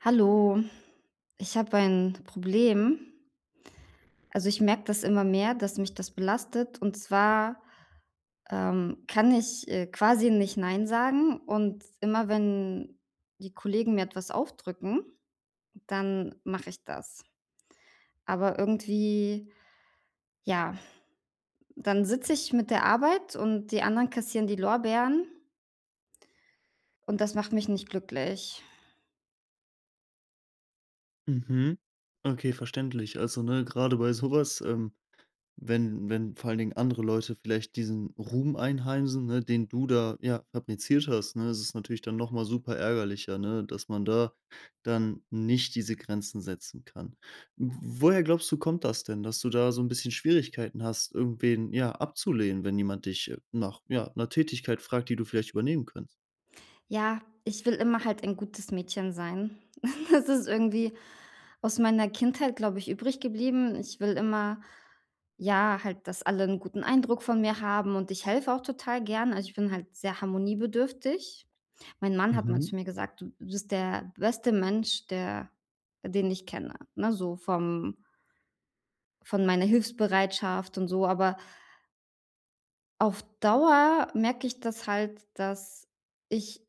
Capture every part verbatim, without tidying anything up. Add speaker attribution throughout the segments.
Speaker 1: Hallo, ich habe ein Problem. Also, ich merke das immer mehr, dass mich das belastet. Und zwar, ähm, kann ich, äh, quasi nicht „Nein" sagen. Und immer wenn die Kollegen mir etwas aufdrücken, dann mache ich das. Aber irgendwie ja, dann sitze ich mit der Arbeit und die anderen kassieren die Lorbeeren und das macht mich nicht glücklich.
Speaker 2: Mhm. Okay, verständlich. Also, ne, gerade bei sowas ähm, wenn wenn vor allen Dingen andere Leute vielleicht diesen Ruhm einheimsen, ne, den du da, ja, fabriziert hast, ne, ist es natürlich dann noch mal super ärgerlicher, ne, dass man da dann nicht diese Grenzen setzen kann. W woher glaubst du, kommt das denn, dass du da so ein bisschen Schwierigkeiten hast, irgendwen, ja, abzulehnen, wenn jemand dich, äh, nach, ja, einer Tätigkeit fragt, die du vielleicht übernehmen könntest?
Speaker 1: Ja, ich will immer halt ein gutes Mädchen sein. Das ist irgendwie aus meiner Kindheit, glaube ich, übrig geblieben. Ich will immer, ja, halt, dass alle einen guten Eindruck von mir haben und ich helfe auch total gern. Also, ich bin halt sehr harmoniebedürftig. Mein Mann hat mal zu
Speaker 2: Mhm,
Speaker 1: mir gesagt: „Du bist der beste Mensch, der den ich kenne", ne, so vom von meiner Hilfsbereitschaft und so. Aber auf Dauer merke ich das halt, dass ich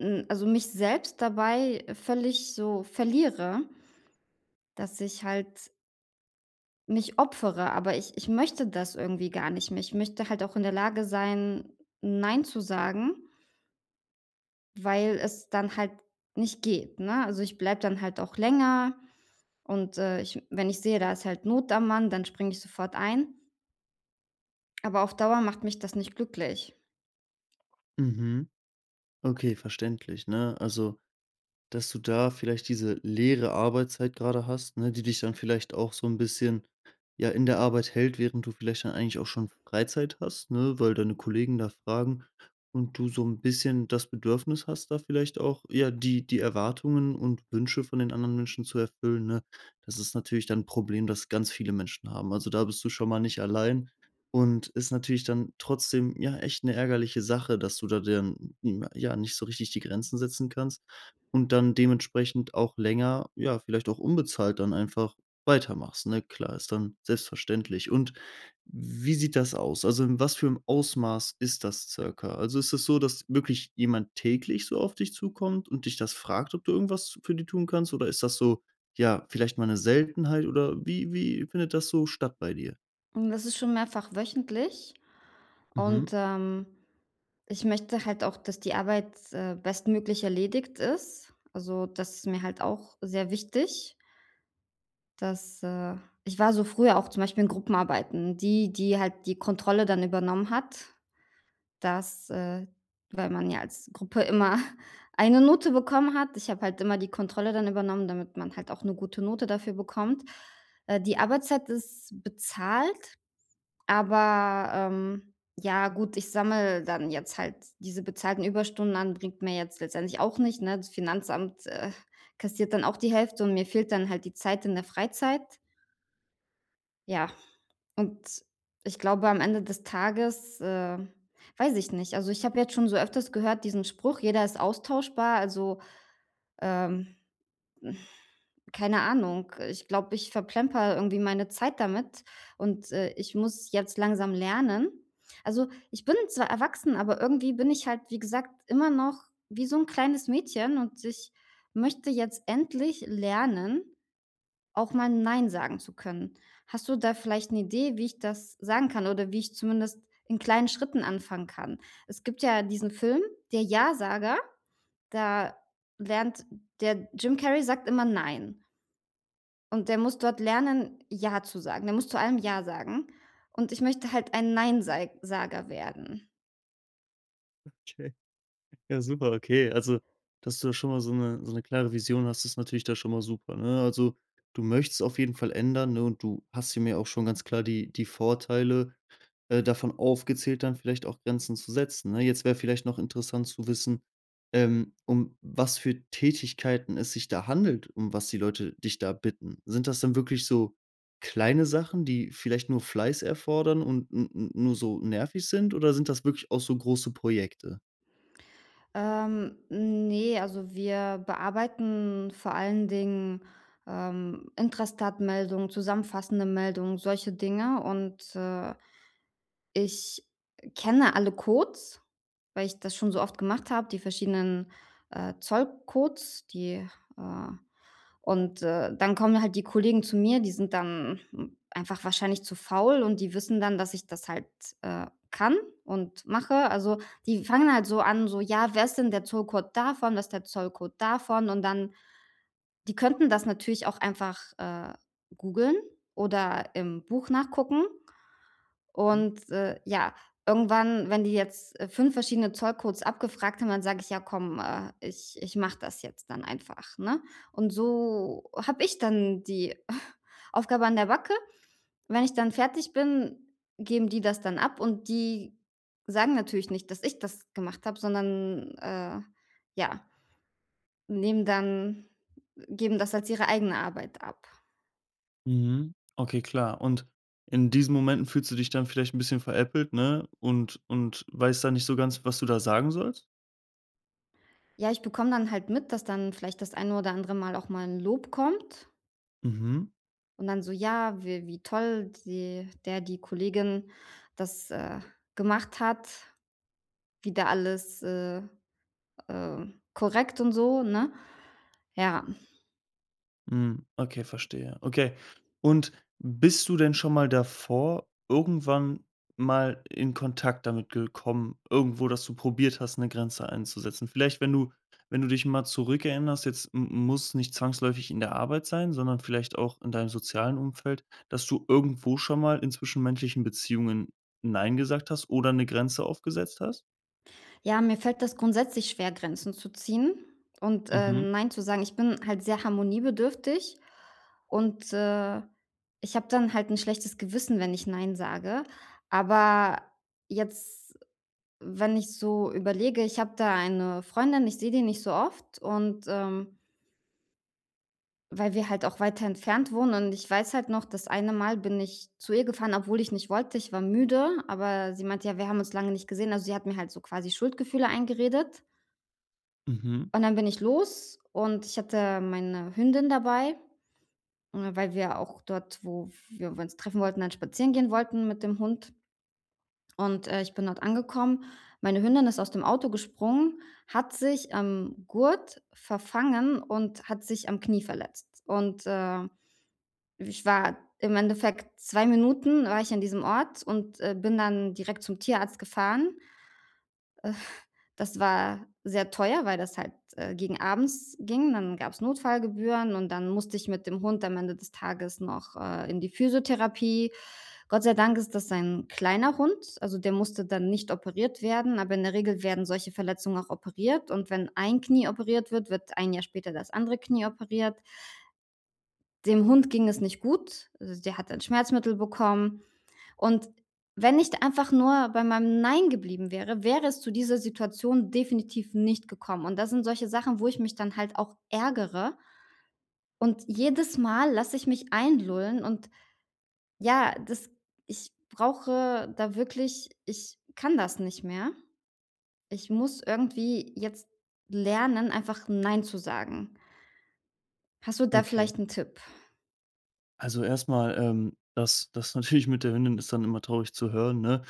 Speaker 1: Hm, also mich selbst dabei völlig so verliere, dass ich halt mich opfere, aber ich ich möchte das irgendwie gar nicht mehr. Ich möchte halt auch in der Lage sein, nein zu sagen, weil es dann halt nicht geht, ne? Also, ich bleibe dann halt auch länger und, äh, ich wenn ich sehe, da ist halt Not am Mann, dann springe ich sofort ein, aber auf Dauer macht mich das nicht glücklich.
Speaker 2: mhm. Okay, verständlich, ne? Also, dass du da vielleicht diese leere Arbeitszeit gerade hast, ne, die dich dann vielleicht auch so ein bisschen, ja, in der Arbeit hält, während du vielleicht dann eigentlich auch schon Freizeit hast, ne, weil deine Kollegen da fragen und du so ein bisschen das Bedürfnis hast, da vielleicht auch, ja, die die Erwartungen und Wünsche von den anderen Menschen zu erfüllen, ne? Das ist natürlich dann ein Problem, das ganz viele Menschen haben. Also, da bist du schon mal nicht allein und ist natürlich dann trotzdem, ja, echt eine ärgerliche Sache, dass du da dann, hm, ja, nicht so richtig die Grenzen setzen kannst und dann dementsprechend auch länger, ja, vielleicht auch unbezahlt dann einfach weitermachst, ne? Klar, ist dann selbstverständlich. Und wie sieht das aus? Also, in was für 'm Ausmaß ist das circa? Also, ist es so, dass wirklich jemand täglich so auf dich zukommt und dich das fragt, ob du irgendwas für die tun kannst? Oder ist das so, ja, vielleicht mal eine Seltenheit oder wie wie findet das so statt bei dir?
Speaker 1: Und das ist schon mehrfach wöchentlich und,
Speaker 2: Mhm.
Speaker 1: ähm ich möchte halt auch, dass die Arbeit, äh, bestmöglich erledigt ist. Also, das ist mir halt auch sehr wichtig, dass, äh ich war so früher auch zum Beispiel in Gruppenarbeiten, die die halt die Kontrolle dann übernommen hat, dass, äh weil man ja als Gruppe immer eine Note bekommen hat. Ich habe halt immer die Kontrolle dann übernommen, damit man halt auch eine gute Note dafür bekommt. Äh, die Arbeitszeit ist bezahlt, aber, ähm, ja gut, ich sammle dann jetzt halt diese bezahlten Überstunden an, bringt mir jetzt letztendlich auch nicht, ne? Das Finanzamt, äh, kassiert dann auch die Hälfte und mir fehlt dann halt die Zeit in der Freizeit. Ja, und ich glaube, am Ende des Tages, äh, weiß ich nicht. Also, ich habe jetzt schon so öfters gehört diesen Spruch: „Jeder ist austauschbar", also, ähm keine Ahnung. Ich glaube, ich verplemper irgendwie meine Zeit damit und, äh, ich muss jetzt langsam lernen. Also, ich bin zwar erwachsen, aber irgendwie bin ich halt, wie gesagt, immer noch wie so ein kleines Mädchen und ich möchte jetzt endlich lernen, auch mal „Nein" sagen zu können. Hast du da vielleicht eine Idee, wie ich das sagen kann oder wie ich zumindest in kleinen Schritten anfangen kann? Es gibt ja diesen Film, der Ja-Sager, da lernt der Jim Carrey sagt immer „Nein". Und der muss dort lernen, ja zu sagen. Der muss zu allem ja sagen. Und ich möchte halt ein Nein Sager werden.
Speaker 2: Ja, super, okay. Also, dass du da schon mal so eine so eine klare Vision hast, ist natürlich da schon mal super, ne? Also, du möchtest auf jeden Fall ändern, ne, und du hast ja mir auch schon ganz klar die die Vorteile, äh, davon aufgezählt, dann vielleicht auch Grenzen zu setzen, ne? Jetzt wäre vielleicht noch interessant zu wissen, ähm, um was für Tätigkeiten es sich da handelt, um was die Leute dich da bitten. Sind das dann wirklich so kleine Sachen, die vielleicht nur Fleiß erfordern und n n nur so nervig sind, oder sind das wirklich auch so große Projekte?
Speaker 1: Ähm, ne, also wir bearbeiten vor allen Dingen, ähm, Intrastat-Meldungen, zusammenfassende Meldungen, solche Dinge und, äh, ich kenne alle Codes, weil ich das schon so oft gemacht habe, die verschiedenen, äh, Zollcodes, die, äh und, äh, dann kommen halt die Kollegen zu mir, die sind dann, hm, einfach wahrscheinlich zu faul und die wissen dann, dass ich das halt, äh, kann und mache. Also, die fangen halt so an, so: „Ja, wer ist denn der Zollcode davon? Was ist der Zollcode davon?" Und dann die könnten das natürlich auch einfach, äh, googeln oder im Buch nachgucken. Und, äh, ja, irgendwann, wenn die jetzt, äh, fünf verschiedene Zollcodes abgefragt haben, dann sage ich: „Ja, komm, äh, ich ich mache das jetzt dann einfach", ne? Und so habe ich dann die Aufgabe an der Backe. Wenn ich dann fertig bin, geben die das dann ab und die sagen natürlich nicht, dass ich das gemacht habe, sondern, äh, ja, nehmen dann geben das als ihre eigene Arbeit ab.
Speaker 2: Mhm. Okay, klar. Und in diesen Momenten fühlst du dich dann vielleicht ein bisschen veräppelt, ne? Und und weißt da nicht so ganz, was du da sagen sollst?
Speaker 1: Ja, ich bekomme dann halt mit, dass dann vielleicht das eine oder andere Mal auch mal 'n Lob kommt.
Speaker 2: Mhm.
Speaker 1: Und dann so: „Ja, wie wie toll die der, die Kollegin das, äh, gemacht hat, wie da alles, äh, äh, korrekt und so", ne? Ja.
Speaker 2: Mhm, okay, verstehe. Okay. Und bist du denn schon mal davor irgendwann mal in Kontakt damit gekommen, irgendwo, dass du probiert hast, eine Grenze einzusetzen? Vielleicht, wenn du wenn du dich mal zurückerinnerst, jetzt m muss nicht zwangsläufig in der Arbeit sein, sondern vielleicht auch in deinem sozialen Umfeld, dass du irgendwo schon mal in zwischenmenschlichen Beziehungen nein gesagt hast oder eine Grenze aufgesetzt hast?
Speaker 1: Ja, mir fällt das grundsätzlich schwer, Grenzen zu ziehen und, äh,
Speaker 2: Mhm,
Speaker 1: nein zu sagen. Ich bin halt sehr harmoniebedürftig und, äh, ich habe dann halt ein schlechtes Gewissen, wenn ich nein sage. Aber jetzt, wenn ich so überlege, ich habe da eine Freundin, ich sehe die nicht so oft und, ähm, weil wir halt auch weiter entfernt wohnen und ich weiß halt noch, das eine Mal bin ich zu ihr gefahren, obwohl ich nicht wollte. Ich war müde, aber sie meinte: „Ja, wir haben uns lange nicht gesehen." Also, sie hat mir halt so quasi Schuldgefühle eingeredet.
Speaker 2: mhm,
Speaker 1: Und dann bin ich los und ich hatte meine Hündin dabei, äh, weil wir auch dort, wo wir uns treffen wollten, dann spazieren gehen wollten mit dem Hund. Und, äh, ich bin dort angekommen. Meine Hündin ist aus dem Auto gesprungen, hat sich am Gurt verfangen und hat sich am Knie verletzt. Und, äh, Ich war im Endeffekt zwei Minuten war ich an diesem Ort und, äh, bin dann direkt zum Tierarzt gefahren. Das war sehr teuer, weil das halt, äh, gegen abends ging. Dann gab's Notfallgebühren und dann musste ich mit dem Hund am Ende des Tages noch, äh, in die Physiotherapie. Gott sei Dank ist das ein kleiner Hund, also der musste dann nicht operiert werden, aber in der Regel werden solche Verletzungen auch operiert und wenn ein Knie operiert wird, wird ein Jahr später das andere Knie operiert. Dem Hund ging es nicht gut, also der hat ein Schmerzmittel bekommen. Und wenn ich einfach nur bei meinem Nein geblieben wäre, wäre es zu dieser Situation definitiv nicht gekommen. Und das sind solche Sachen, wo ich mich dann halt auch ärgere. Und jedes Mal lasse ich mich einlullen und ja, das ich brauche da wirklich ich kann das nicht mehr. Ich muss irgendwie jetzt lernen, einfach „Nein" zu sagen. Hast du da
Speaker 2: okay.
Speaker 1: vielleicht einen Tipp?
Speaker 2: Also, erstmal, mal, ähm, das das natürlich mit der Hündin ist dann immer traurig zu hören, ne?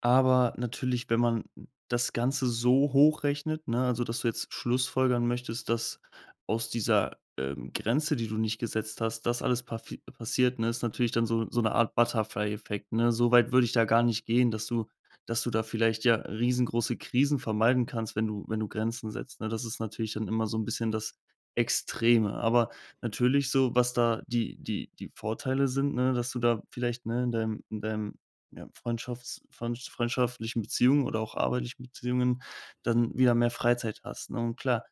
Speaker 2: Aber natürlich, wenn man das Ganze so hochrechnet, ne, also, dass du jetzt schlussfolgern möchtest, dass aus dieser, ähm, Grenze, die du nicht gesetzt hast, das alles pafi passiert, ne, ist natürlich dann so so eine Art Butterfly-Effekt, ne? So weit würde ich da gar nicht gehen, dass du dass du da vielleicht, ja, riesengroße Krisen vermeiden kannst, wenn du wenn du Grenzen setzt, ne? Das ist natürlich dann immer so ein bisschen das Extreme. Aber natürlich so, was da die die die Vorteile sind, ne, dass du da vielleicht, ne, in deinem in deinem, ja, Freundschafts Freundsch freundschaftlichen Beziehungen oder auch arbeitlichen Beziehungen dann wieder mehr Freizeit hast, ne? Und klar,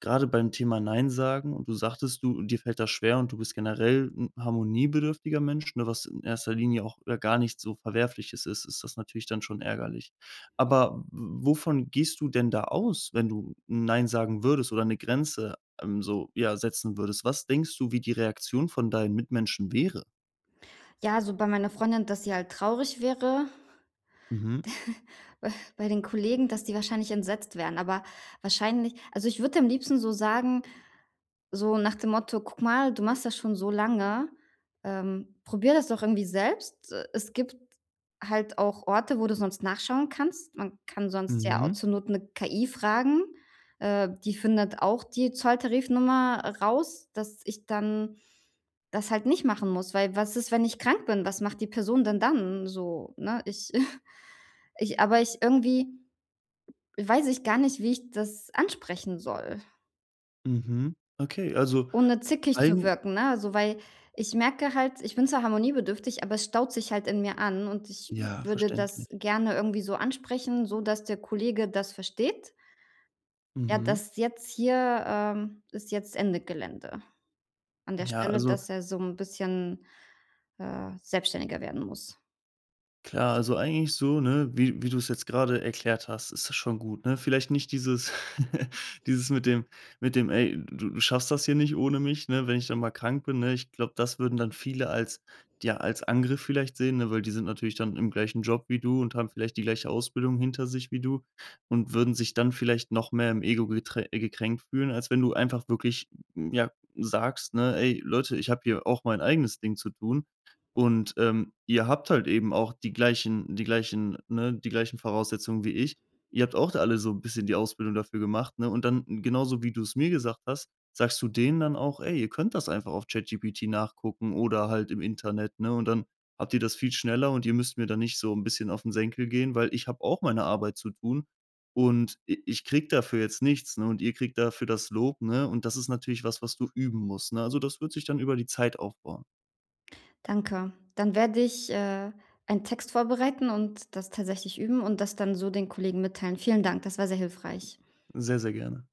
Speaker 2: gerade beim Thema „Nein sagen“ und du sagtest, du dir fällt das schwer und du bist generell 'n harmoniebedürftiger Mensch, ne, was in erster Linie auch, äh, gar nicht so Verwerfliches ist, ist das natürlich dann schon ärgerlich. Aber w wovon gehst du denn da aus, wenn du „Nein“ sagen würdest oder eine Grenze ähm, so, ja, setzen würdest, was denkst du, wie die Reaktion von deinen Mitmenschen wäre?
Speaker 1: Ja, so bei meiner Freundin, dass sie halt traurig wäre.
Speaker 2: Mhm,
Speaker 1: Äh, bei den Kollegen, dass die wahrscheinlich entsetzt wären, aber wahrscheinlich, also, ich würde am liebsten so sagen, so nach dem Motto: „Guck mal, du machst das schon so lange, ähm, probier das doch irgendwie selbst." Äh, es gibt halt auch Orte, wo du sonst nachschauen kannst. Man kann sonst ja auch
Speaker 2: mhm,
Speaker 1: zur Not 'ne K I fragen. Äh, die findet auch die Zolltarifnummer raus, dass ich dann das halt nicht machen muss, weil was ist, wenn ich krank bin? Was macht die Person denn dann so, ne? Ich ich aber ich irgendwie weiß ich gar nicht, wie ich das ansprechen soll,
Speaker 2: mhm. Okay, also
Speaker 1: ohne zickig zu
Speaker 2: allen,
Speaker 1: wirken, ne? Also, weil ich merke halt, ich bin zwar harmoniebedürftig, aber es staut sich halt in mir an und ich
Speaker 2: ja,
Speaker 1: würde das
Speaker 2: verständlich.
Speaker 1: gerne irgendwie so ansprechen, so dass der Kollege das versteht. Ja,
Speaker 2: Mhm.
Speaker 1: das jetzt hier, ähm, ist jetzt Ende Gelände an der
Speaker 2: Ja,
Speaker 1: Stelle,
Speaker 2: also
Speaker 1: dass er so ein bisschen, äh, selbstständiger werden muss.
Speaker 2: klar, also eigentlich so, ne, wie wie du es jetzt gerade erklärt hast, ist das schon gut, ne? Vielleicht nicht dieses dieses mit dem mit dem: „Ey, du du schaffst das hier nicht ohne mich, ne, wenn ich dann mal krank bin“, ne? Ich glaube, das würden dann viele als, ja, als Angriff vielleicht sehen, ne, weil die sind natürlich dann im gleichen Job wie du und haben vielleicht die gleiche Ausbildung hinter sich wie du und würden sich dann vielleicht noch mehr im Ego geträ äh, gekränkt fühlen, als wenn du einfach wirklich, ja, sagst, ne: „Ey, Leute, ich habe hier auch mein eigenes Ding zu tun.“ Und, ähm, ihr habt halt eben auch die gleichen die gleichen ne, die gleichen Voraussetzungen wie ich. Ihr habt auch alle so ein bisschen die Ausbildung dafür gemacht, ne? Und dann genauso wie du es mir gesagt hast, sagst du denen dann auch: „Ey, ihr könnt das einfach auf ChatGPT nachgucken oder halt im Internet“, ne? Und dann habt ihr das viel schneller und ihr müsst mir dann nicht so ein bisschen auf den Senkel gehen, weil ich habe auch meine Arbeit zu tun und i ich krieg dafür jetzt nichts, ne, und ihr kriegt dafür das Lob, ne? Und das ist natürlich was, was du üben musst, ne? Also, das wird sich dann über die Zeit aufbauen.
Speaker 1: Danke. Dann werde ich, äh, einen Text vorbereiten und das tatsächlich üben und das dann so den Kollegen mitteilen. Vielen Dank, das war sehr hilfreich.
Speaker 2: Sehr, sehr gerne.